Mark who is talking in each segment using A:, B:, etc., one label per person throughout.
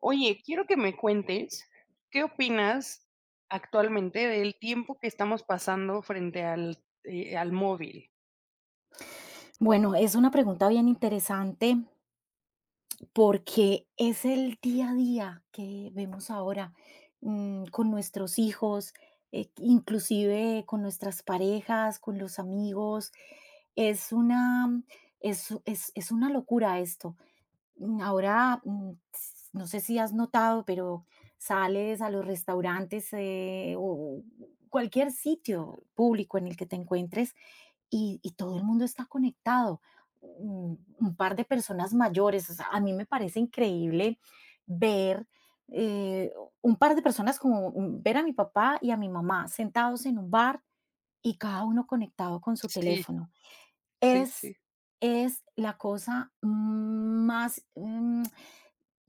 A: Oye, quiero que me cuentes, ¿qué opinas actualmente del tiempo que estamos pasando frente al, al móvil?
B: Bueno, es una pregunta bien interesante porque es el día a día que vemos ahora con nuestros hijos, inclusive con nuestras parejas, con los amigos. Es una, es una locura esto. Ahora, no sé si has notado, pero sales a los restaurantes o cualquier sitio público en el que te encuentres y todo el mundo está conectado. Un par de personas mayores, o sea, a mí me parece increíble ver, eh, un par de personas como ver a mi papá y a mi mamá sentados en un bar y cada uno conectado con su
A: Sí,
B: teléfono.
A: sí,
B: Es
A: sí.
B: es la cosa más,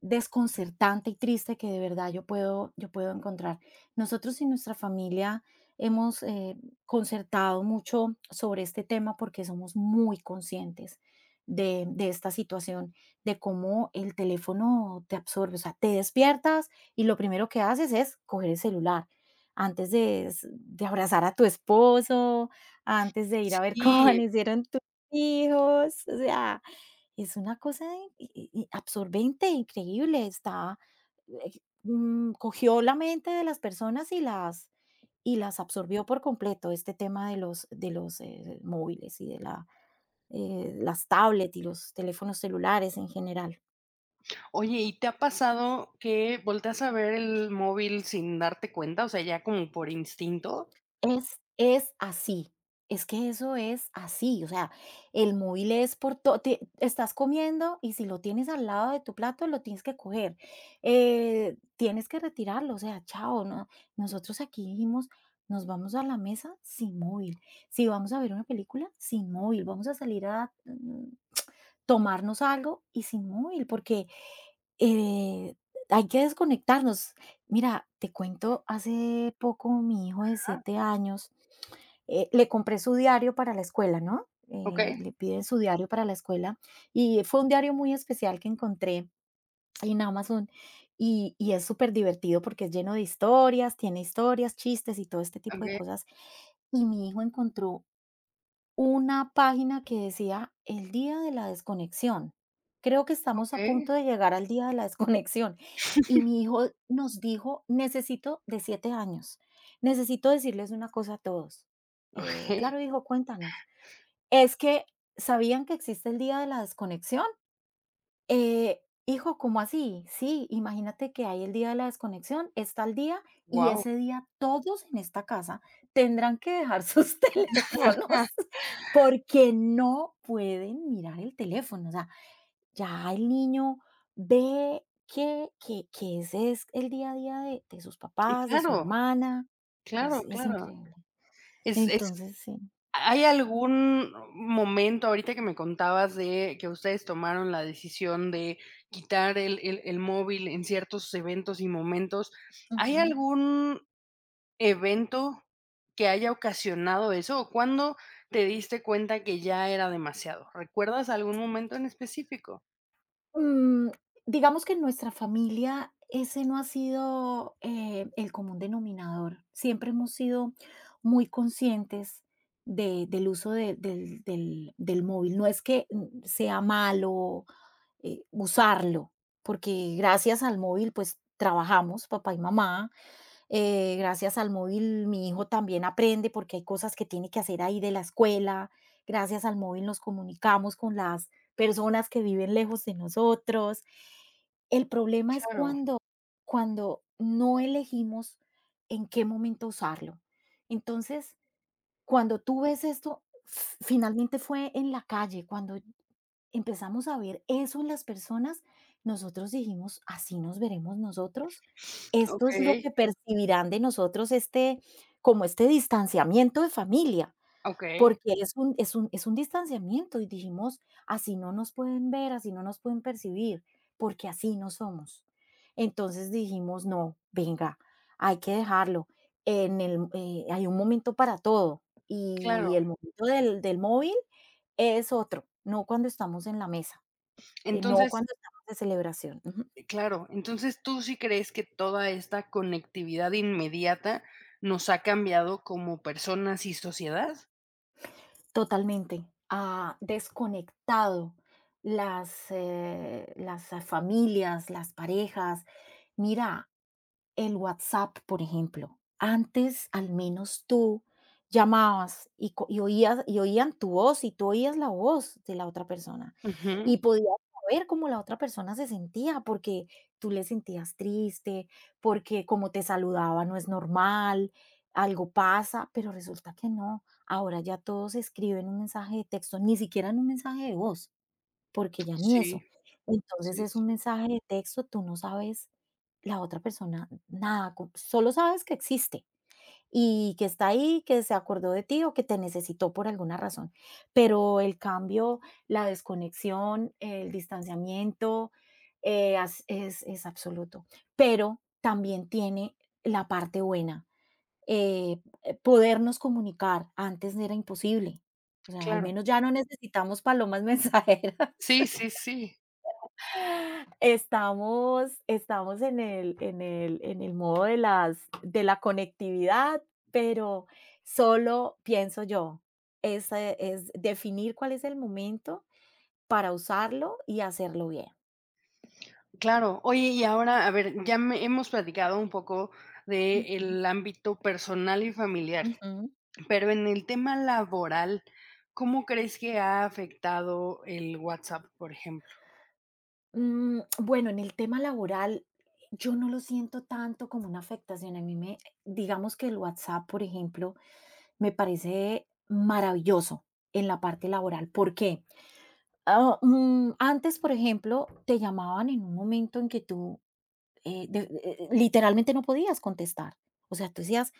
B: desconcertante y triste que de verdad yo puedo encontrar. Nosotros y nuestra familia hemos concertado mucho sobre este tema porque somos muy conscientes de esta situación, de cómo el teléfono te absorbe, o sea, te despiertas y lo primero que haces es coger el celular. Antes de abrazar a tu esposo, antes de ir a ver cómo
A: Sí,
B: amanecieron tus hijos, o sea, es una cosa i i i absorbente, increíble, eh, cogió la mente de las personas y las absorbió por completo, este tema de los móviles y las tablet y los teléfonos celulares en general.
A: oye, ¿y te ha pasado que volteas a ver el móvil sin darte cuenta? O sea, ya como por instinto.
B: Es así, es que eso es así, o sea, el móvil es por todo. Estás comiendo y si lo tienes al lado de tu plato, lo tienes que coger, tienes que retirarlo, o sea, chao, no, nosotros aquí dijimos: "Nos vamos a la mesa sin móvil, si vamos a ver una película, sin móvil, vamos a salir a, tomarnos algo y sin móvil", porque, eh, hay que desconectarnos. Mira, te cuento, hace poco mi hijo de
A: Ah,
B: 7 años le compré su diario para la escuela, ¿no?
A: ok,
B: Le piden su diario para la escuela y fue un diario muy especial que encontré en Amazon y es súper divertido porque es lleno de historias, tiene historias, chistes y todo este tipo de
A: ok,
B: cosas. Y mi hijo encontró una página que decía: "El día de la desconexión". Creo que
A: ok.
B: estamos a punto de llegar al día de la desconexión. Y mi hijo nos dijo, necesito de 7 años, necesito decirles una cosa a todos. Claro, hijo, cuéntanos. Es que, ¿sabían que existe el día de la desconexión? Hijo, ¿cómo así? Sí, imagínate que hay el día de la desconexión, está el día, y
A: Wow.
B: ese día todos en esta casa tendrán que dejar sus teléfonos porque no pueden mirar el teléfono. O sea, ya el niño ve que ese es el día a día de sus papás, de su
A: Claro,
B: hermana.
A: claro,
B: Es
A: claro.
B: increíble.
A: Es.
B: Entonces, sí.
A: ¿Hay algún momento ahorita que me contabas de que ustedes tomaron la decisión de quitar el móvil en ciertos eventos y momentos? ¿Hay algún evento que haya ocasionado eso? ¿O cuándo te diste cuenta que ya era demasiado? ¿Recuerdas algún momento en específico?
B: Mm, digamos que en nuestra familia ese no ha sido, el común denominador. Siempre hemos sido muy conscientes de del uso de del del del móvil. No es que, sea malo, usarlo, porque gracias al móvil, pues, trabajamos, papá y mamá. Gracias al móvil mi hijo también aprende porque hay cosas que tiene que hacer ahí de la escuela. Gracias al móvil nos comunicamos con las personas que viven lejos de nosotros. El problema es
A: Claro.
B: cuando no elegimos en qué momento usarlo. Entonces, cuando tú ves esto, finalmente fue en la calle, cuando empezamos a ver eso en las personas, nosotros dijimos: "¿Así nos veremos nosotros? ¿Esto es lo
A: Okey,
B: que percibirán de nosotros este como este distanciamiento de familia?".
A: okey,
B: Porque es un es un distanciamiento, y dijimos: "Así no nos pueden ver, así no nos pueden percibir, porque así no somos". Entonces dijimos: "No, venga, hay que dejarlo". En el hay un momento para todo, y
A: claro.
B: el momento del móvil es otro, no cuando estamos en la mesa. No
A: Entonces
B: cuando estamos de celebración. Ujú.
A: Claro, entonces, ¿tú sí crees que toda esta conectividad inmediata nos ha cambiado como personas y sociedad?
B: Totalmente. Ha desconectado las familias, las parejas. Mira, el WhatsApp, por ejemplo. Antes, al menos tú llamabas y co y oías y oían tu voz, y tú oías la voz de la otra persona, y
A: Ujú.
B: podías saber cómo la otra persona se sentía, porque tú le sentías triste, porque como te saludaba no es normal, algo pasa, pero resulta que no. Ahora ya todos escriben un mensaje de texto, ni siquiera en un mensaje de voz porque ya ni
A: Sí,
B: eso. Entonces,
A: sí,
B: es
A: sí,
B: un mensaje de texto, tú no sabes la otra persona nada, solo sabes que existe y que está ahí, que se acordó de ti o que te necesitó por alguna razón. Pero el cambio, la desconexión, el distanciamiento es absoluto. Pero también tiene la parte buena, podernos comunicar. Antes era imposible. O sea, al
A: claro.
B: menos ya no necesitamos palomas mensajeras.
A: Sí, sí, sí,
B: Estamos en el modo de la conectividad, pero solo pienso yo, es definir cuál es el momento para usarlo y hacerlo bien.
A: claro. Oye, y ahora, a ver, ya me hemos platicado un poco
B: Ujú,
A: del ámbito personal y familiar,
B: ujú.
A: pero en el tema laboral, ¿cómo crees que ha afectado el WhatsApp, por ejemplo?
B: Bueno, en el tema laboral, yo no lo siento tanto como una afectación. A mí me digamos que el WhatsApp, por ejemplo, me parece maravilloso en la parte laboral, ¿por qué? Antes, por ejemplo, te llamaban en un momento en que tú de literalmente no podías contestar. O sea, tú decías: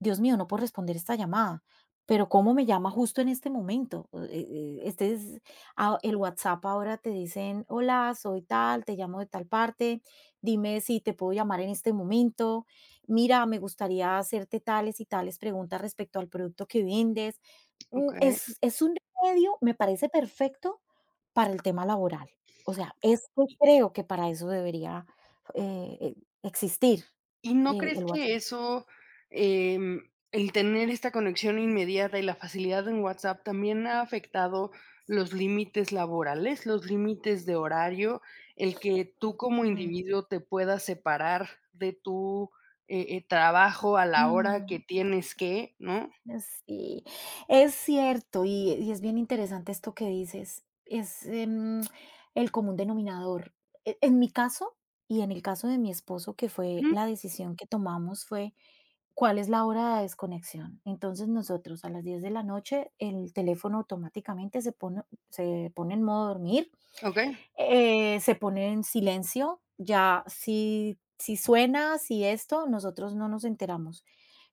B: "Dios mío, no puedo responder esta llamada, pero ¿cómo me llama justo en este momento?". El WhatsApp ahora te dicen: "Hola, soy tal, te llamo de tal parte, dime si te puedo llamar en este momento. Mira, me gustaría hacerte tales y tales preguntas respecto al producto que vendes".
A: Okey.
B: Es un medio, me parece perfecto para el tema laboral. O sea, es que creo que para eso debería eh, eh, existir
A: ¿Y no
B: el
A: crees
B: WhatsApp.
A: que eso, el tener esta conexión inmediata y la facilidad en WhatsApp también ha afectado los límites laborales, los límites de horario, el que tú como
B: Mm.
A: individuo te puedas separar de tu, trabajo a la hora que
B: Mm,
A: tienes que, ¿no?
B: sí, es cierto, y es bien interesante esto que dices, es el común denominador. En mi caso, y en el caso de mi esposo, que fue
A: Ujú.
B: la decisión que tomamos fue, ¿cuál es la hora de desconexión? Entonces, nosotros a las 10 de la noche, el teléfono automáticamente se pone en modo dormir.
A: Okey,
B: Se pone en silencio, ya si suena, si esto, nosotros no nos enteramos.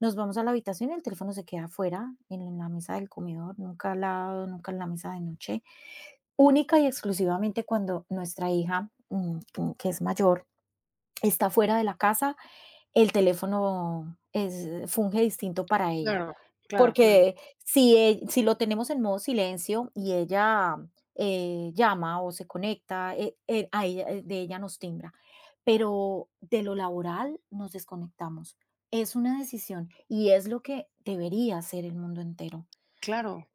B: Nos vamos a la habitación y el teléfono se queda afuera, en la mesa del comedor, nunca al lado, nunca en la mesa de noche. Única y exclusivamente cuando nuestra hija, que es mayor, está fuera de la casa, el teléfono es funge distinto para ella.
A: claro, claro, claro,
B: Porque si, si lo tenemos en modo silencio y ella llama o se conecta, de ella nos timbra. Pero de lo laboral nos desconectamos. Es una decisión y es lo que debería hacer el mundo entero.
A: claro.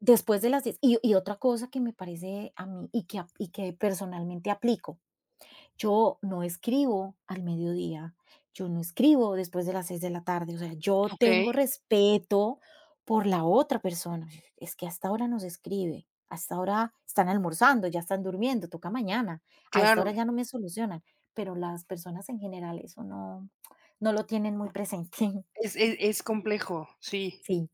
B: Después de las 10. Y otra cosa que me parece a mí y que, y que personalmente aplico yo no escribo al mediodía, yo no escribo después de las 6 de la tarde, o sea, yo
A: Okey,
B: tengo respeto por la otra persona. Es que hasta ahora nos escribe, hasta ahora están almorzando, ya están durmiendo, toca mañana, a esta
A: claro.
B: hora ya no me solucionan, pero las personas en general eso no, no lo tienen muy presente.
A: Es complejo, sí.
B: Sí.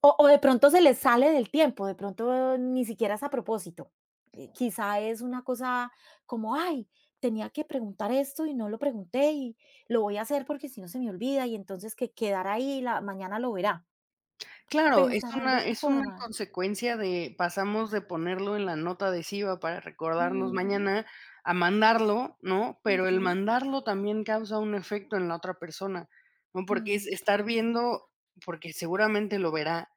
B: O de pronto se les sale del tiempo, de pronto ni siquiera es a propósito. Quizá es una cosa como, ay, tenía que preguntar esto y no lo pregunté y lo voy a hacer porque si no se me olvida y entonces que quedará ahí, la mañana lo verá.
A: Claro, es
B: Pensarán de
A: una
B: esa
A: es una
B: forma.
A: consecuencia de pasamos de ponerlo en la nota adhesiva para recordarnos
B: Ujú,
A: mañana a mandarlo, ¿no? Pero el
B: ujú,
A: mandarlo también causa un efecto en la otra persona, ¿no? Porque es
B: mm.
A: estar viendo, porque seguramente lo verá,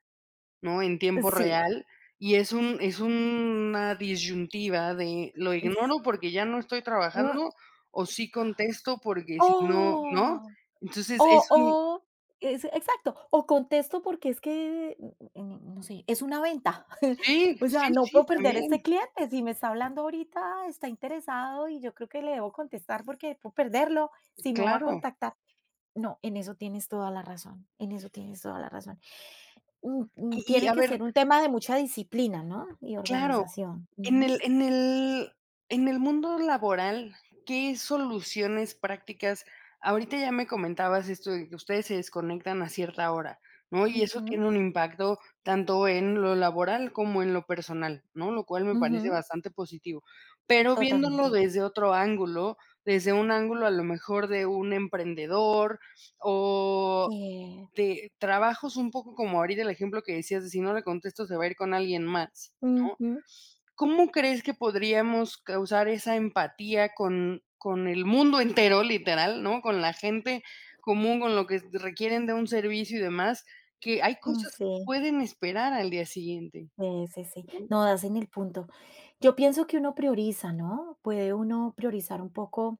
A: ¿no? En tiempo
B: Sí,
A: real y es un es una disyuntiva de lo
B: sí.
A: ignoro porque ya no estoy
B: Mm,
A: trabajando o sí contesto porque si no, ¿no?
B: ¡oh!
A: Entonces es un
B: O es exacto, o contesto porque es que, no sé, es una venta.
A: sí,
B: O sea,
A: sí,
B: no
A: sí,
B: puedo perder este
A: también,
B: cliente, si me está hablando ahorita, está interesado y yo creo que le debo contestar porque puedo perderlo, si no va a
A: claro.
B: contactar. No, en eso tienes toda la razón, en eso tienes toda la razón.
A: Y
B: Tiene
A: a
B: que
A: ver,
B: ser un tema de mucha disciplina, ¿no? Y
A: claro,
B: organización.
A: en
B: Ujú,
A: el mundo laboral, ¿qué soluciones prácticas? Ahorita ya me comentabas esto de que ustedes se desconectan a cierta hora, ¿no? Y eso
B: ujú,
A: tiene un impacto tanto en lo laboral como en lo personal, ¿no? Lo cual me parece
B: ujú,
A: bastante positivo. Pero viéndolo
B: totalmente.
A: desde otro ángulo, desde un ángulo a lo mejor de un emprendedor o
B: Eh,
A: de trabajos un poco como ahorita el ejemplo que decías de si no le contesto se va a ir con alguien más, ¿no?
B: ujú,
A: ¿Cómo crees que podríamos causar esa empatía con el mundo entero, literal, ¿no? Con la gente común, con lo que requieren de un servicio y demás, que hay
B: mm,
A: cosas que
B: sí.
A: pueden esperar al día siguiente,
B: Sí, sí, sí.
A: ¿no?
B: No, das en el punto. Yo pienso que uno prioriza, ¿no? Puede uno priorizar un poco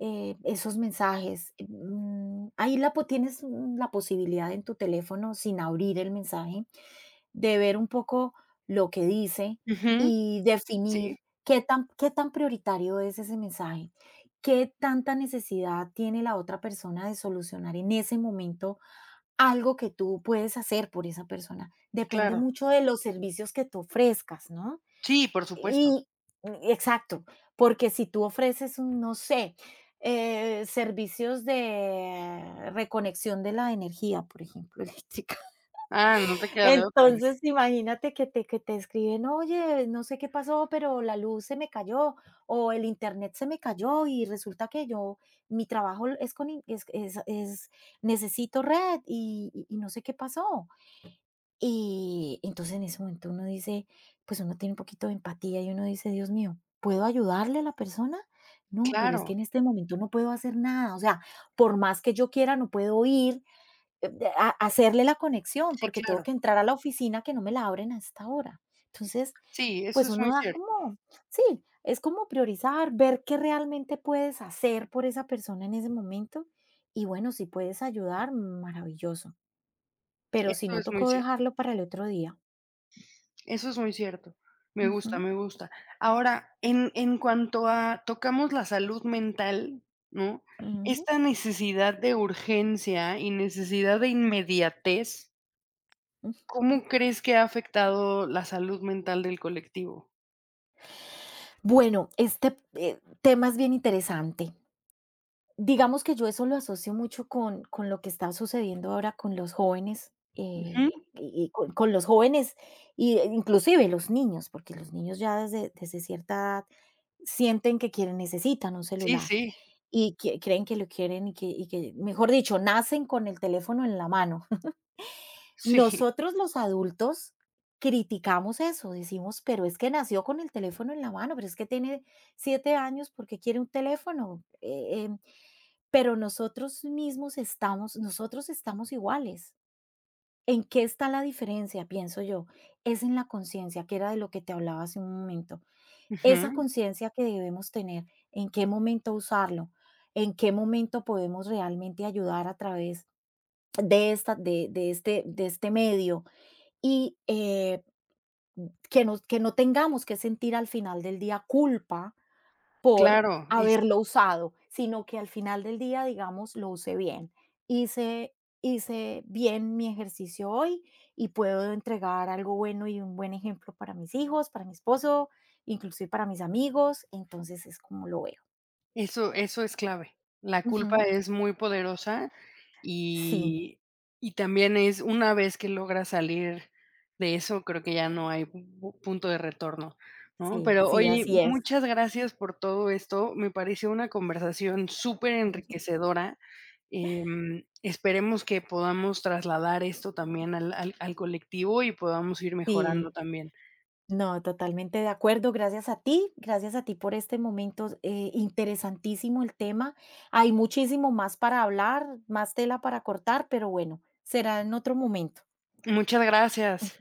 B: esos mensajes. Ahí la, tienes la posibilidad en tu teléfono, sin abrir el mensaje, de ver un poco lo que dice
A: Ujú.
B: y
A: Sí,
B: definir qué tan prioritario es ese mensaje, qué tanta necesidad tiene la otra persona de solucionar en ese momento algo que tú puedes hacer por esa persona. Depende
A: claro.
B: mucho de los servicios que tú ofrezcas, ¿no?
A: Sí, por supuesto.
B: Y exacto, porque si tú ofreces un, no sé, servicios de reconexión de la energía, por ejemplo, eléctrica.
A: Ah, no te queda de otra.
B: Entonces, imagínate que te escriben, oye, no sé qué pasó, pero la luz se me cayó o el internet se me cayó y resulta que yo, mi trabajo es con, necesito red y, y no sé qué pasó. Y entonces en ese momento uno dice, pues uno tiene un poquito de empatía y uno dice, Dios mío, ¿puedo ayudarle a la persona? No, pero es que
A: Claro.
B: en este momento no puedo hacer nada. O sea, por más que yo quiera, no puedo ir a hacerle la conexión
A: Sí,
B: porque tengo
A: claro.
B: que entrar a la oficina que no me la abren a esta hora. Entonces,
A: Sí, eso
B: pues
A: es
B: uno
A: muy
B: da
A: cierto.
B: como, sí, es como priorizar, ver qué realmente puedes hacer por esa persona en ese momento. Y bueno, si puedes ayudar, maravilloso. Pero si
A: Eso
B: no,
A: es muy
B: tocó
A: cierto.
B: dejarlo para el otro día.
A: Eso es muy cierto. Me gusta,
B: Ujú,
A: me gusta. Ahora, en cuanto a tocamos la salud mental, ¿no?
B: ujú,
A: Esta necesidad de urgencia y necesidad de inmediatez,
B: ujú.
A: ¿cómo crees que ha afectado la salud mental del colectivo?
B: Bueno, este, tema es bien interesante. Digamos que yo eso lo asocio mucho con lo que está sucediendo ahora con los jóvenes,
A: Ujú.
B: y, inclusive los niños, porque los niños ya desde cierta edad sienten que quieren necesitan un
A: Sí,
B: celular,
A: sí,
B: y que creen que lo quieren y que mejor dicho, nacen con el teléfono en la mano.
A: sí.
B: Nosotros los adultos criticamos eso, decimos, pero es que nació con el teléfono en la mano, pero es que tiene 7 años, ¿porque quiere un teléfono? Pero nosotros estamos iguales. ¿En qué está la diferencia? Pienso yo. Es en la conciencia, que era de lo que te hablaba hace un momento.
A: Ujú.
B: Esa conciencia que debemos tener, en qué momento usarlo, en qué momento podemos realmente ayudar a través de esta de este medio, y, que no tengamos que sentir al final del día culpa
A: Claro,
B: haberlo usado, sino que al final del día digamos: "Lo usé bien, hice hice bien mi ejercicio hoy y puedo entregar algo bueno y un buen ejemplo para mis hijos, para mi esposo, inclusive para mis amigos". Entonces es como lo veo.
A: eso es clave. La culpa
B: Ujú.
A: es muy poderosa
B: Sí,
A: y y también es una vez que logras salir de eso, creo que ya no hay pu punto de retorno, ¿no?
B: sí,
A: Pero
B: sí,
A: oye,
B: así es.
A: muchas gracias por todo esto. Me pareció una conversación
B: Ujú.
A: superenriquecedora. Esperemos que podamos trasladar esto también al al colectivo y podamos ir mejorando
B: Sí.
A: también.
B: No, totalmente de acuerdo. Gracias a ti por este momento. Eh, interesantísimo el tema. Hay muchísimo más para hablar, más tela para cortar, pero bueno, será en otro momento.
A: Muchas gracias.